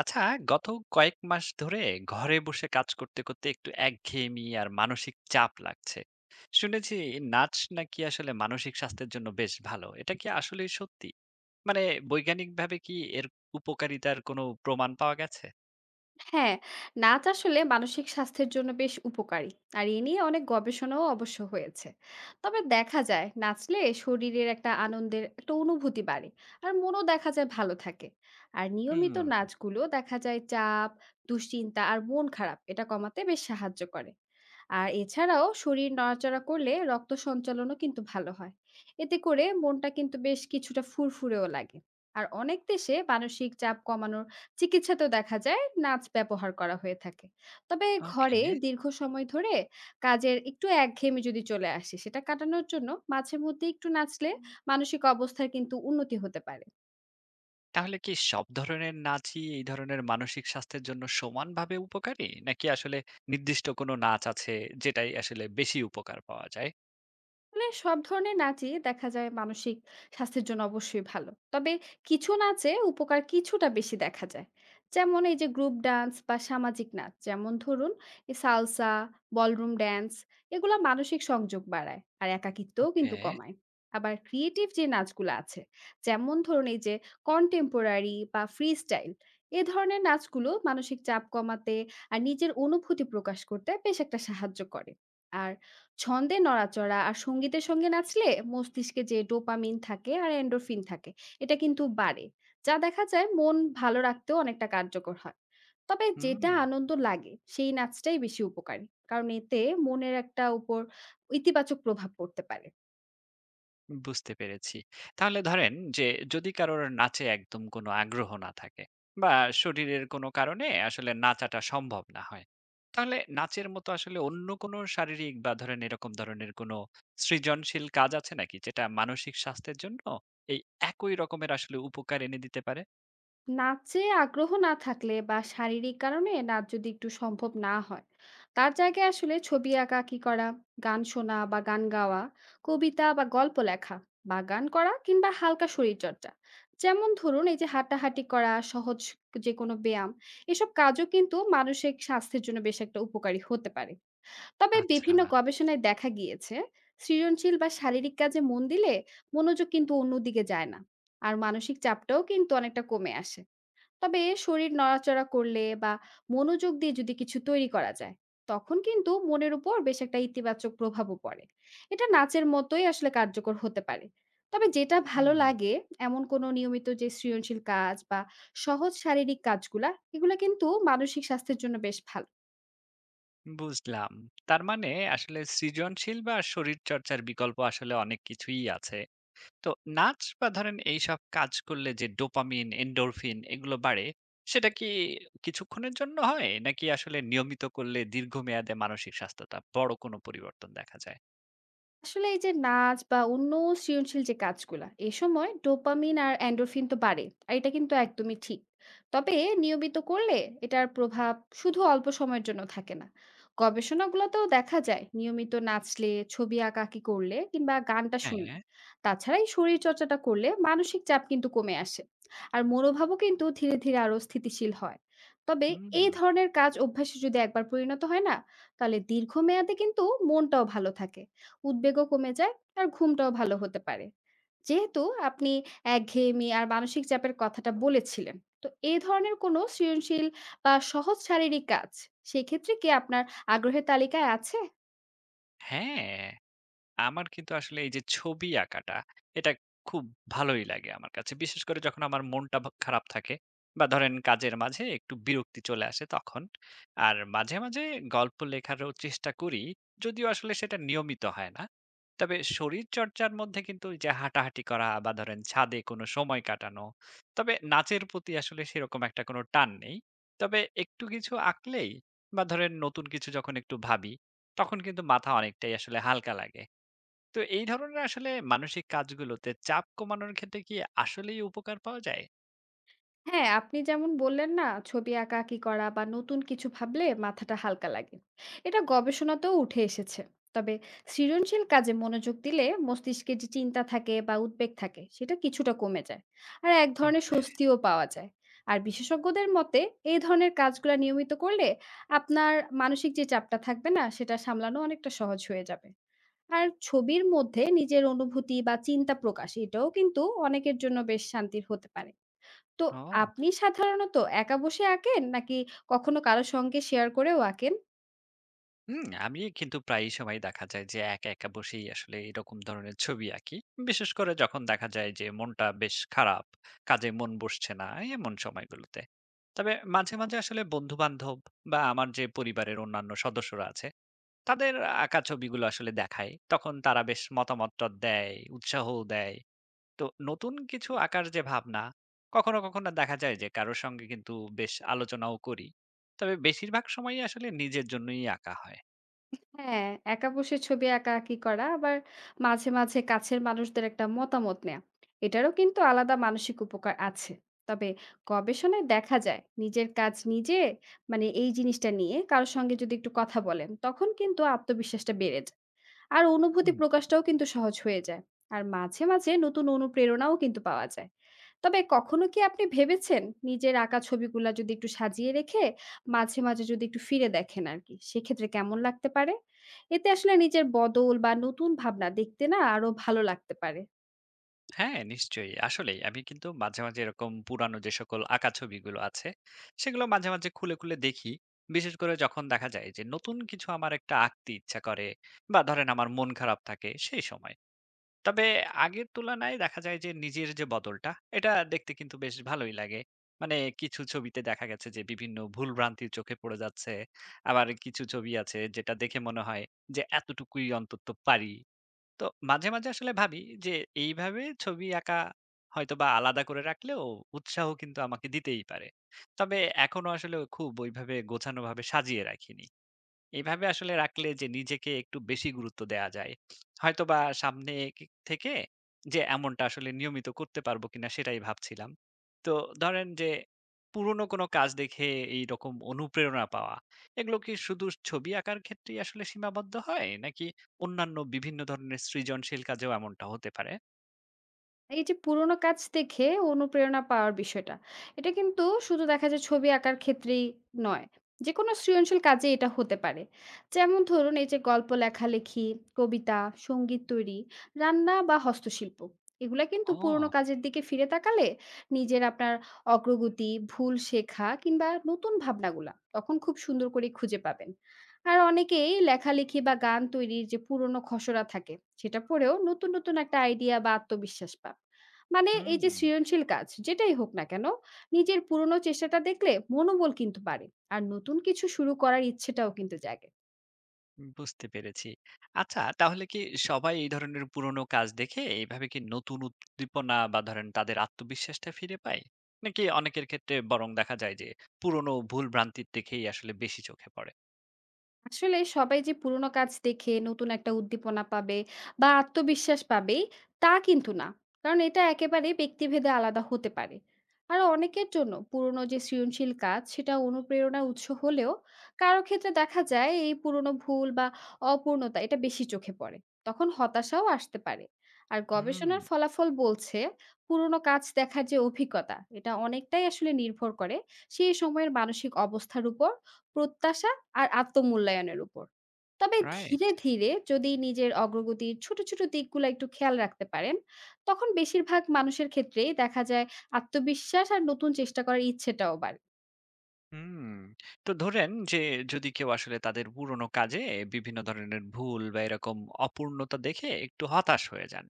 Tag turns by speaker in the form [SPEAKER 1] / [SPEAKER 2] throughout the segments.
[SPEAKER 1] আচ্ছা, গত কয়েক মাস ধরে ঘরে বসে কাজ করতে করতে একটু একঘেয়েমি আর মানসিক চাপ লাগছে। শুনেছি নাচ নাকি আসলে মানসিক স্বাস্থ্যের জন্য বেশ ভালো, এটা কি আসলে সত্যি? মানে বৈজ্ঞানিকভাবে কি এর উপকারিতার কোনো প্রমাণ পাওয়া গেছে?
[SPEAKER 2] হ্যাঁ, নাচ আসলে মানসিক স্বাস্থ্যের জন্য বেশ উপকারী। আর এ নিয়ে অনেক গবেষণাও অবশ্য হয়েছে। তবে দেখা যায় নাচলে শরীরের একটা আনন্দের একটা অনুভূতি বাড়ে। আর মনও দেখা যায় ভালো থাকে। আর
[SPEAKER 1] হুম.
[SPEAKER 2] নিয়মিত নাচগুলো দেখা যায় চাপ, দুশ্চিন্তা আর মন খারাপ এটা কমাতে বেশ সাহায্য করে। আর এছাড়াও শরীর নড়াচড়া করলে রক্ত সঞ্চালনও কিন্তু ভালো হয়। এতে করে মনটা কিন্তু বেশ কিছুটা ফুরফুরেও লাগে। আর অনেক দেশে মানসিক চাপ কমানোর চিকিৎসাতেও দেখা যায় নাচ ব্যবহার করা হয়ে থাকে। তবে
[SPEAKER 1] ওকে.
[SPEAKER 2] ঘরে দীর্ঘ সময় ধরে কাজের একটু একঘেয়েমি যদি চলে আসে সেটা কাটানোর জন্য মাঝে মধ্যে একটু নাচলে মানসিক অবস্থার কিন্তু উন্নতি হতে পারে।
[SPEAKER 1] তাহলে কি সব ধরনের নাচই এই ধরনের মানসিক স্বাস্থ্যের জন্য সমানভাবে উপকারী, নাকি আসলে নির্দিষ্ট কোনো নাচ আছে যেটাই আসলে বেশি উপকার পাওয়া যায়?
[SPEAKER 2] মানে সব ধরনের নাচই দেখা যায় মানসিক স্বাস্থ্যের জন্য অবশ্যই ভালো। তবে কিছু নাচে উপকার কিছুটা বেশি দেখা যায়। যেমন এই যে গ্রুপ ডান্স বা সামাজিক নাচ, যেমন ধরুন এই সালসা, বলরুম ড্যান্স, এগুলা মানসিক সংযোগ বাড়ায় আর একাকিত্বও
[SPEAKER 1] ওকে.
[SPEAKER 2] কিন্তু কমায়। আবার ক্রিয়েটিভ যে নাচগুলো আছে, যেমন ধরুন এই যে কন্টেম্পোরারি বা ফ্রি স্টাইল, এ ধরনের নাচগুলো মানসিক চাপ কমাতে আর নিজের অনুভূতি প্রকাশ করতে বেশ একটা সাহায্য করে। আর ছন্দে নড়াচড়া আর সঙ্গীতের সঙ্গে নাচলে মস্তিষ্কে যে ডোপামিন থাকে আর এন্ডোরফিন থাকে এটা কিন্তু বাড়ে, যা দেখা যায় মন ভালো রাখতেও অনেকটা কার্যকর হয়। তবে
[SPEAKER 1] হুম.
[SPEAKER 2] যেটা আনন্দ লাগে সেই নাচটাই বেশি উপকারী, কারণ এতে মনের একটা উপর ইতিবাচক প্রভাব পড়তে পারে।
[SPEAKER 1] বুঝতে পেরেছি। তাহলে ধরেন যে যদি কারোর নাচে একদম কোনো আগ্রহ না থাকে, বা শরীরের কোনো কারণে আসলে নাচাটা সম্ভব না হয়, তাহলে নাচের মতো আসলে অন্য কোনো শারীরিক বা ধরেন এরকম ধরনের কোনো সৃজনশীল কাজ আছে নাকি, যেটা মানসিক স্বাস্থ্যের জন্য এই একই রকমের আসলে উপকার এনে দিতে পারে?
[SPEAKER 2] নাচে আগ্রহ না থাকলে বা শারীরিক কারণে নাচ যদি একটু সম্ভব না হয়, তার জায়গায় আসলে ছবি আঁকা কি করা, গান শোনা বা গান গাওয়া, কবিতা বা গল্প লেখা, বা গান করা কিংবা হালকা শরীরচর্চা, যেমন ধরুন এই যে হাঁটাহাঁটি করা, সহজ যে কোনো ব্যায়াম, এসব কাজও কিন্তু মানসিক স্বাস্থ্যের জন্য বেশ একটা উপকারী হতে পারে। তবে
[SPEAKER 1] আচ্ছা.
[SPEAKER 2] বিভিন্ন গবেষণায় দেখা গিয়েছে সৃজনশীল বা শারীরিক কাজে মন দিলে মনোযোগ কিন্তু অন্যদিকে যায় না আর মানসিক চাপটাও কিন্তু অনেকটা কমে আসে। তবে শরীর নড়াচড়া করলে বা মনোযোগ দিয়ে যদি কিছু তৈরি করা যায় তখন কিন্তু মনের উপর বেশ একটা ইতিবাচক প্রভাবও পড়ে। এটা নাচের মতোই আসলে কার্যকর হতে পারে। তবে যেটা ভালো
[SPEAKER 1] হুম.
[SPEAKER 2] লাগে এমন কোনো নিয়মিত যে সৃজনশীল কাজ বা সহজ শারীরিক কাজগুলা এগুলো কিন্তু মানসিক স্বাস্থ্যের জন্য বেশ ভালো।
[SPEAKER 1] বুঝলাম। তার মানে আসলে সৃজনশীল বা শরীরচর্চার বিকল্প আসলে অনেক কিছুই আছে। তো নাচ বা ধরেন এইসব কাজ করলে যে ডোপামিন, এন্ডোরফিন এগুলো বাড়ে, সেটা কি কিছুক্ষণের জন্য হয়, নাকি আসলে নিয়মিত করলে দীর্ঘমেয়াদে মানসিক স্বাস্থ্যটা বড় কোনো পরিবর্তন দেখা যায়?
[SPEAKER 2] আসলে এই যে নাচ বা অন্য সৃজনশীল যে কাজগুলা এ সময় ডোপামিন আর অ্যান্ডোরফিন তো বাড়ে আর এটা কিন্তু একদমই ঠিক। তবে নিয়মিত করলে এটার প্রভাব শুধু অল্প সময়ের জন্য থাকে না। গবেষণাগুলোতেও দেখা যায় নিয়মিত নাচলে, ছবি আঁকাআঁকি করলে কিংবা গানটা
[SPEAKER 1] হ্যাঁ.
[SPEAKER 2] শুনলে, তাছাড়া এই শরীর চর্চাটা করলে মানসিক চাপ কিন্তু কমে আসে আর মনোভাবও কিন্তু ধীরে ধীরে আরো স্থিতিশীল হয়। তবে
[SPEAKER 1] হুম.
[SPEAKER 2] এই ধরনের কাজ অভ্যাসে যদি একবার পরিণত হয় না, তাহলে দীর্ঘমেয়াদে কিন্তু মনটাও ভালো থাকে, উদ্বেগও কমে যায়, আর ঘুমটাও ভালো হতে পারে। যেহেতু আপনি একঘেয়েমি আর মানসিক চাপের কথাটা বলেছিলেন, তো এই ধরনের কোনো সৃজনশীল বা সহজ শারীরিক কাজ, সেক্ষেত্রে কি আপনার আগ্রহের তালিকায় আছে?
[SPEAKER 1] হ্যাঁ। আমার কিন্তু আসলে এই যে ছবি আঁকাটা, এটা খুব ভালোই লাগে আমার কাছে। বিশেষ করে যখন আমার মনটা খারাপ থাকে বা ধরেন কাজের মাঝে একটু বিরক্তি চলে আসে তখন। আর মাঝে, মাঝে গল্প লেখারও চেষ্টা করি। যদিও আসলে সেটা নিয়মিত হয় না। তবে শরীরচর্চার মধ্যে কিন্তু ওই যে হাঁটাহাঁটি করা বা ধরেন ছাদে কোনো সময় কাটানো। তবে নাচের প্রতি আসলে সেরকম একটা কোনো টান নেই। তবে একটু কিছু আঁকলেই বা ধরেন নতুন কিছু যখন একটু ভাবি, তখন কিন্তু মাথা অনেকটাই আসলে হালকা লাগে। তো এই ধরনের আসলে মানসিক কাজগুলোতে চাপ কমানোর ক্ষেত্রে কি আসলেই উপকার পাওয়া যায়?
[SPEAKER 2] হ্যাঁ, আপনি যেমন বললেন না, ছবি আঁকাআঁকি করা বা নতুন কিছু ভাবলে মাথাটা হালকা লাগে। এটা গবেষণাতেও উঠে এসেছে। তবে সৃজনশীল কাজে মনোযোগ দিলে মস্তিষ্কে যে চিন্তা থাকে বা উদ্বেগ থাকে সেটা কিছুটা কমে যায়। আর এক ধরনের
[SPEAKER 1] ওকে।
[SPEAKER 2] স্বস্তিও পাওয়া যায়। আর বিশেষজ্ঞদের মতে এই ধরনের কাজগুলা নিয়মিত করলে আপনার মানসিক যে চাপটা থাকবে না সেটা সামলানো অনেকটা সহজ হয়ে যাবে। আর ছবির মধ্যে নিজের অনুভূতি বা চিন্তা প্রকাশ এটাও কিন্তু অনেকের জন্য বেশ শান্তির হতে পারে। তো
[SPEAKER 1] ও!
[SPEAKER 2] আপনি সাধারণত একা বসে আঁকেন নাকি কখনো কারো সঙ্গে শেয়ার করেও আঁকেন?
[SPEAKER 1] হুম, আমি কিন্তু প্রায়ই সময় দেখা যায় যে একা, একা বসেই আসলে এরকম ধরনের ছবি আঁকি। বিশেষ করে যখন দেখা যায় যে মনটা বেশ খারাপ, কাজে মন বসছে না, এমন সময়গুলোতে। তবে মাঝে, মাঝে আসলে বন্ধু-বান্ধব বা আমার যে পরিবারের অন্যান্য সদস্যরা আছে তাদের আঁকা ছবিগুলো আসলে দেখাই। তখন তারা বেশ মতামত-টত দেয়, উৎসাহও দেয়। তো নতুন কিছু আঁকার যে ভাবনা, কখনো, কখনো দেখা যায় যে কারো সঙ্গে কিন্তু বেশ আলোচনাও করি। তবে বেশিরভাগ সময়ই আসলে নিজের জন্যই আঁকা হয়।
[SPEAKER 2] হ্যাঁ, একা বসে ছবি আঁকাআঁকি করা আবার মাঝে, মাঝে কাছের মানুষদের একটা মতামত নেয়া। এটারও কিন্তু আলাদা মানসিক উপকার আছে। তবে গবেষণায় দেখা যায় নিজের কাজ নিজে, মানে এই জিনিসটা নিয়ে কারো সঙ্গে যদি একটু কথা বলেন তখন কিন্তু আত্মবিশ্বাসটা বেড়ে যায়। আর অনুভূতি
[SPEAKER 1] হুম.
[SPEAKER 2] প্রকাশটাও কিন্তু সহজ হয়ে যায়। আর মাঝে, মাঝে নতুন অনুপ্রেরণাও কিন্তু পাওয়া যায়। তবে কখনো কি আপনি ভেবেছেন নিজের আঁকা ছবিগুলা যদি একটু সাজিয়ে রেখে মাঝে, মাঝে যদি একটু ফিরে দেখেন আরকি, সেক্ষেত্রে কেমন লাগতে পারে? এতে আসলে নিজের বদল বা নতুন ভাবনা দেখতে না আরো ভালো লাগতে পারে।
[SPEAKER 1] হ্যাঁ, নিশ্চয়ই। আসলেই আমি কিন্তু মাঝে, মাঝে এরকম পুরানো যে সকল আঁকা ছবিগুলো আছে, সেগুলো মাঝে, মাঝে খুলে, খুলে দেখি। বিশেষ করে যখন দেখা যায় যে নতুন কিছু আমার একটা আঁকতে ইচ্ছা করে বা ধরেন আমার মন খারাপ থাকে সেই সময়। তবে আগের তুলনায় দেখা যায় যে নিজের যে বদলটা, এটা দেখতে কিন্তু বেশ ভালোই লাগে। মানে কিছু ছবিতে দেখা গেছে যে বিভিন্ন ভুলভ্রান্তি চোখে পড়ে যাচ্ছে। আবার কিছু ছবি আছে যেটা দেখে মনে হয় যে এতটুকুই অন্তত পারি। তো মাঝে, মাঝে আসলে ভাবি যে এইভাবে ছবি আঁকা হয়তোবা আলাদা করে রাখলেও উৎসাহ কিন্তু আমাকে দিতেই পারে। তবে এখনো আসলে খুব ওইভাবে গোছানোভাবে সাজিয়ে রাখিনি। এভাবে আসলে রাখলে যে নিজেকে একটু বেশি গুরুত্ব দেয়া যায়। হয়তোবা সামনে কি থেকে যে এমনটা আসলে নিয়মিত করতে পারবো কিনা সেটাই ভাবছিলাম। তো ধরেন যে পুরনো কোনো কাজ দেখে এইরকম অনুপ্রেরণা পাওয়া, এগুলো কি শুধু ছবি আঁকার ক্ষেত্রেই আসলে সীমাবদ্ধ হয়, নাকি অন্যান্য বিভিন্ন ধরনের সৃজনশীল কাজেও এমনটা হতে পারে?
[SPEAKER 2] এই যে পুরোনো কাজ দেখে অনুপ্রেরণা পাওয়ার বিষয়টা, এটা কিন্তু শুধু দেখা যায় ছবি আঁকার ক্ষেত্রেই নয়। যেকোনো সৃজনশীল কাজে এটা হতে পারে। যেমন ধরুন এই যে গল্প লেখালেখি, কবিতা, সঙ্গীত তৈরি, রান্না বা হস্তশিল্প। এগুলা কিন্তু পুরোনো
[SPEAKER 1] ও!
[SPEAKER 2] কাজের দিকে ফিরে তাকালে নিজের আপনার অগ্রগতি, ভুল শেখা কিংবা নতুন ভাবনাগুলা তখন খুব সুন্দর করে খুঁজে পাবেন। আর অনেকেই লেখালেখি বা গান তৈরির যে পুরনো খসড়া থাকে সেটা পড়েও নতুন নতুন একটা আইডিয়া বা আত্মবিশ্বাস পান। মানে এই যে
[SPEAKER 1] হুম.
[SPEAKER 2] সৃজনশীল কাজ যেটাই হোক না কেন, নিজের পুরনো চেষ্টাটা দেখলে মনোবল কিন্তু বাড়ে আর নতুন কিছু শুরু করার ইচ্ছেটাও কিন্তু জাগে।
[SPEAKER 1] বুঝতে পেরেছি। আচ্ছা, তাহলে কি সবাই এই ধরনের পুরোনো কাজ দেখে এইভাবে কি নতুন উদ্দীপনা বা ধরেন তাদের আত্মবিশ্বাসটা ফিরে পায়, নাকি অনেকের ক্ষেত্রে বরং দেখা যায় যে পুরোনো ভুল ভ্রান্তির দেখেই আসলে বেশি চোখে পড়ে?
[SPEAKER 2] আসলে সবাই যে পুরোনো কাজ দেখে নতুন একটা উদ্দীপনা পাবে বা আত্মবিশ্বাস পাবে তা কিন্তু না, কারণ এটা একেবারে ব্যক্তিভেদে আলাদা হতে পারে। আর অনেকের জন্য পুরোনো যে সৃজনশীল কাজ সেটা অনুপ্রেরণার উৎস হলেও কারো ক্ষেত্রে দেখা যায় এই পুরোনো ভুল বা অপূর্ণতা এটা বেশি চোখে পড়ে, তখন হতাশাও আসতে পারে। আর
[SPEAKER 1] হুম.
[SPEAKER 2] গবেষণার ফলাফল বলছে পুরোনো কাজ দেখার যে অভিজ্ঞতা এটা অনেকটাই আসলে নির্ভর করে সেই সময়ের মানসিক অবস্থার উপর, প্রত্যাশা আর আত্মমূল্যায়নের উপর। তবে
[SPEAKER 1] রাইট.
[SPEAKER 2] ধীরে, ধীরে যদি নিজের অগ্রগতির ছোট, ছোট দিকগুলা একটু খেয়াল রাখতে পারেন, তখন বেশিরভাগ মানুষের ক্ষেত্রেই দেখা যায় আত্মবিশ্বাস আর নতুন চেষ্টা করার ইচ্ছেটাও বাড়ে।
[SPEAKER 1] হুম. তো ধরেন যে যদি কেউ আসলে তাদের পুরোনো কাজে বিভিন্ন ধরনের ভুল বা এরকম অপূর্ণতা দেখে একটু হতাশ হয়ে যান,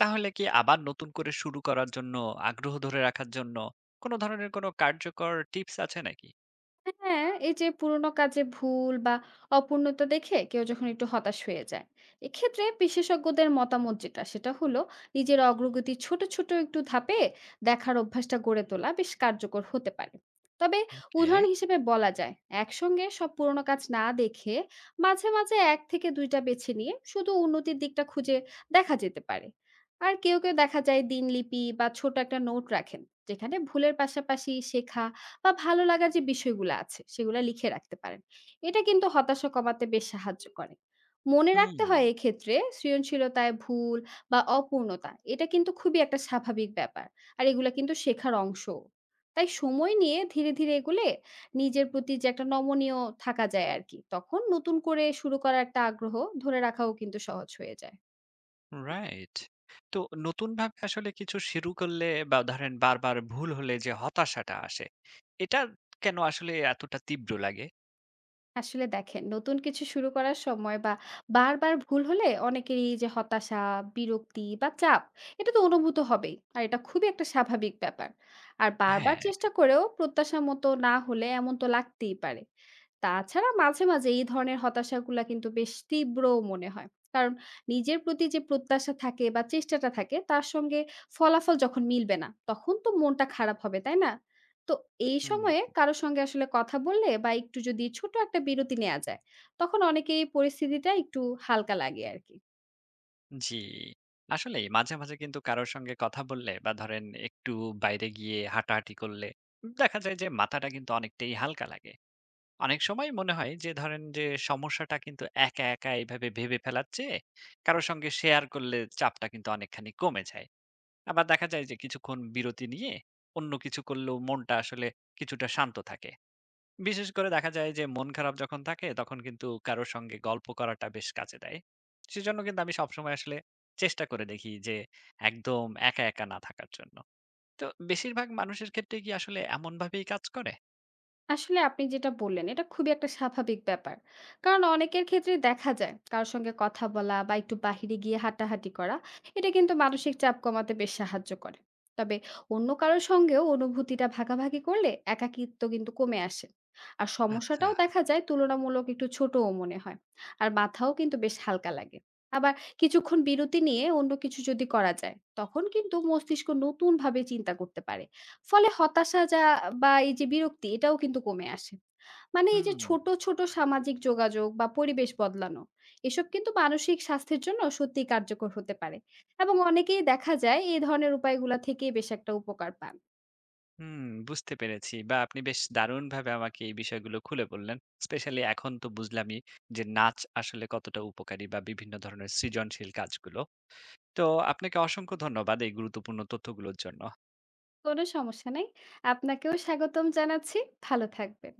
[SPEAKER 1] তাহলে কি আবার নতুন করে শুরু করার জন্য, আগ্রহ ধরে রাখার জন্য কোন ধরনের কোন কার্যকর টিপস আছে নাকি?
[SPEAKER 2] হ্যাঁ, এই যে পুরোনো কাজে ভুল বা অপূর্ণতা দেখে কেউ যখন একটু হতাশ হয়ে যায়, এক্ষেত্রে বিশেষজ্ঞদের মতামত যেটা সেটা হলো নিজের অগ্রগতি ছোট, ছোট একটু ধাপে দেখার অভ্যাসটা গড়ে তোলা বেশ কার্যকর হতে পারে। তবে
[SPEAKER 1] ওকে.
[SPEAKER 2] উদাহরণ হিসেবে বলা যায়, একসঙ্গে সব পুরোনো কাজ না দেখে মাঝে, মাঝে ১ থেকে ২ টা বেছে নিয়ে শুধু উন্নতির দিকটা খুঁজে দেখা যেতে পারে। আর কেউ, কেউ দেখা যায় দিনলিপি বা ছোট একটা নোট রাখেন, যেখানে ভুলের পাশাপাশি শেখা বা ভালো লাগার যে বিষয়গুলো আছে সেগুলো লিখে রাখতে পারেন। এটা কিন্তু হতাশা কমাতে বেশ সাহায্য করে। মনে রাখতে
[SPEAKER 1] হুম,
[SPEAKER 2] হয় এক্ষেত্রে সৃজনশীলতায় ভুল বা অপূর্ণতা এটা কিন্তু খুবই একটা স্বাভাবিক ব্যাপার। আর এগুলা কিন্তু শেখার অংশও। তাই সময় নিয়ে ধীরে, ধীরে এগুলে নিজের প্রতি যে একটা নমনীয় থাকা যায় আরকি। তখন নতুন করে শুরু করার একটা আগ্রহ ধরে রাখাও কিন্তু সহজ হয়ে যায়।
[SPEAKER 1] রাইট. তো নতুনভাবে আসলে কিছু শুরু করলে বা ধরেন বারবার ভুল হলে যে হতাশাটা আসে, এটা কেন আসলে এতটা তীব্র লাগে?
[SPEAKER 2] আসলে দেখেন নতুন কিছু শুরু করার সময় বা বারবার ভুল হলে অনেকেরই এই যে হতাশা, বিরক্তি বা চাপ এটা তো অনুভূত হবেই আর এটা খুবই একটা স্বাভাবিক ব্যাপার। আর বারবার
[SPEAKER 1] হ্যাঁ.
[SPEAKER 2] চেষ্টা করেও প্রত্যাশা মতো না হলে এমন তো লাগতেই পারে। তাছাড়া মাঝে মাঝে এই ধরনের হতাশাগুলা কিন্তু বেশ তীব্রও মনে হয়, কারণ নিজের প্রতি যে প্রত্যাশা থাকে বা চেষ্টাটা থাকে তার সঙ্গে ফলাফল যখন মিলবে না তখন তো মনটা খারাপ হবে, তাই না? তো এই
[SPEAKER 1] হুম.
[SPEAKER 2] সময়ে কারো সঙ্গে আসলে কথা বললে বা একটু যদি ছোট একটা বিরতি নেওয়া যায় তখন অনেকেই পরিস্থিতিটা একটু হালকা লাগে আর কি।
[SPEAKER 1] জি। আসলেই মাঝে, মাঝে কিন্তু কারো সঙ্গে কথা বললে বা ধরেন একটু বাইরে গিয়ে হাঁটাহাঁটি করলে দেখা যায় যে মাথাটা কিন্তু অনেকটাই হালকা লাগে। অনেক সময় মনে হয় যে ধরেন যে সমস্যাটা কিন্তু একা, একা এভাবে ভেবে ফেলার চেয়ে কারো সঙ্গে শেয়ার করলে চাপটা কিন্তু অনেকখানি কমে যায়। আবার দেখা যায় যে কিছুক্ষণ বিরতি নিয়ে অন্য কিছু করলেও মনটা আসলে কিছুটা শান্ত থাকে। বিশেষ করে দেখা যায় যে মন খারাপ যখন থাকে তখন কিন্তু কারো সঙ্গে গল্প করাটা বেশ কাজে দেয়। সেজন্য কিন্তু আমি সবসময় আসলে চেষ্টা করে দেখি যে একদম একা, একা না থাকার জন্য। তো বেশিরভাগ মানুষের ক্ষেত্রে কি আসলে এমনভাবেই কাজ করে?
[SPEAKER 2] আসলে আপনি যেটা বললেন এটা খুবই একটা স্বাভাবিক ব্যাপার, কারণ অনেকের ক্ষেত্রে দেখা যায় কারোর সঙ্গে কথা বলা বা একটু বাহিরে গিয়ে হাঁটাহাঁটি করা এটা কিন্তু মানসিক চাপ কমাতে বেশ সাহায্য করে। তবে অন্য কারোর সঙ্গেও অনুভূতিটা ভাগাভাগি করলে একাকিত্ব কিন্তু কমে আসে আর
[SPEAKER 1] আচ্ছা.
[SPEAKER 2] সমস্যাটাও দেখা যায় তুলনামূলক একটু ছোটও মনে হয়। আর মাথাও কিন্তু বেশ হালকা লাগে। আবার কিছুক্ষণ বিরতি নিয়ে অন্য কিছু যদি করা যায় তখন কিন্তু মস্তিষ্ক নতুন ভাবে চিন্তা করতে পারে, ফলে হতাশা যা বা এই যে বিরক্তি এটাও কিন্তু কমে আসে। মানে এই যে
[SPEAKER 1] হুম.
[SPEAKER 2] ছোট, ছোট সামাজিক যোগাযোগ বা পরিবেশ বদলানো, এসব কিন্তু মানসিক স্বাস্থ্যের জন্য সত্যিই কার্যকর হতে পারে। এবং অনেকেই দেখা যায় এই ধরনের উপায়গুলা থেকেই বেশ একটা উপকার পান।
[SPEAKER 1] হুম, বুঝতে পেরেছি। বা আপনি বেশ দারুণভাবে আমাকে এই বিষয়গুলো খুলে বললেন। স্পেশালি এখন তো বুঝলামই যে নাচ আসলে কতটা উপকারী বা বিভিন্ন ধরনের সৃজনশীল কাজগুলো। তো আপনাকে অসংখ্য ধন্যবাদ এই গুরুত্বপূর্ণ তথ্যগুলোর জন্য।
[SPEAKER 2] কোনো সমস্যা নাই। আপনাকেও স্বাগতম জানাচ্ছি। ভালো থাকবেন।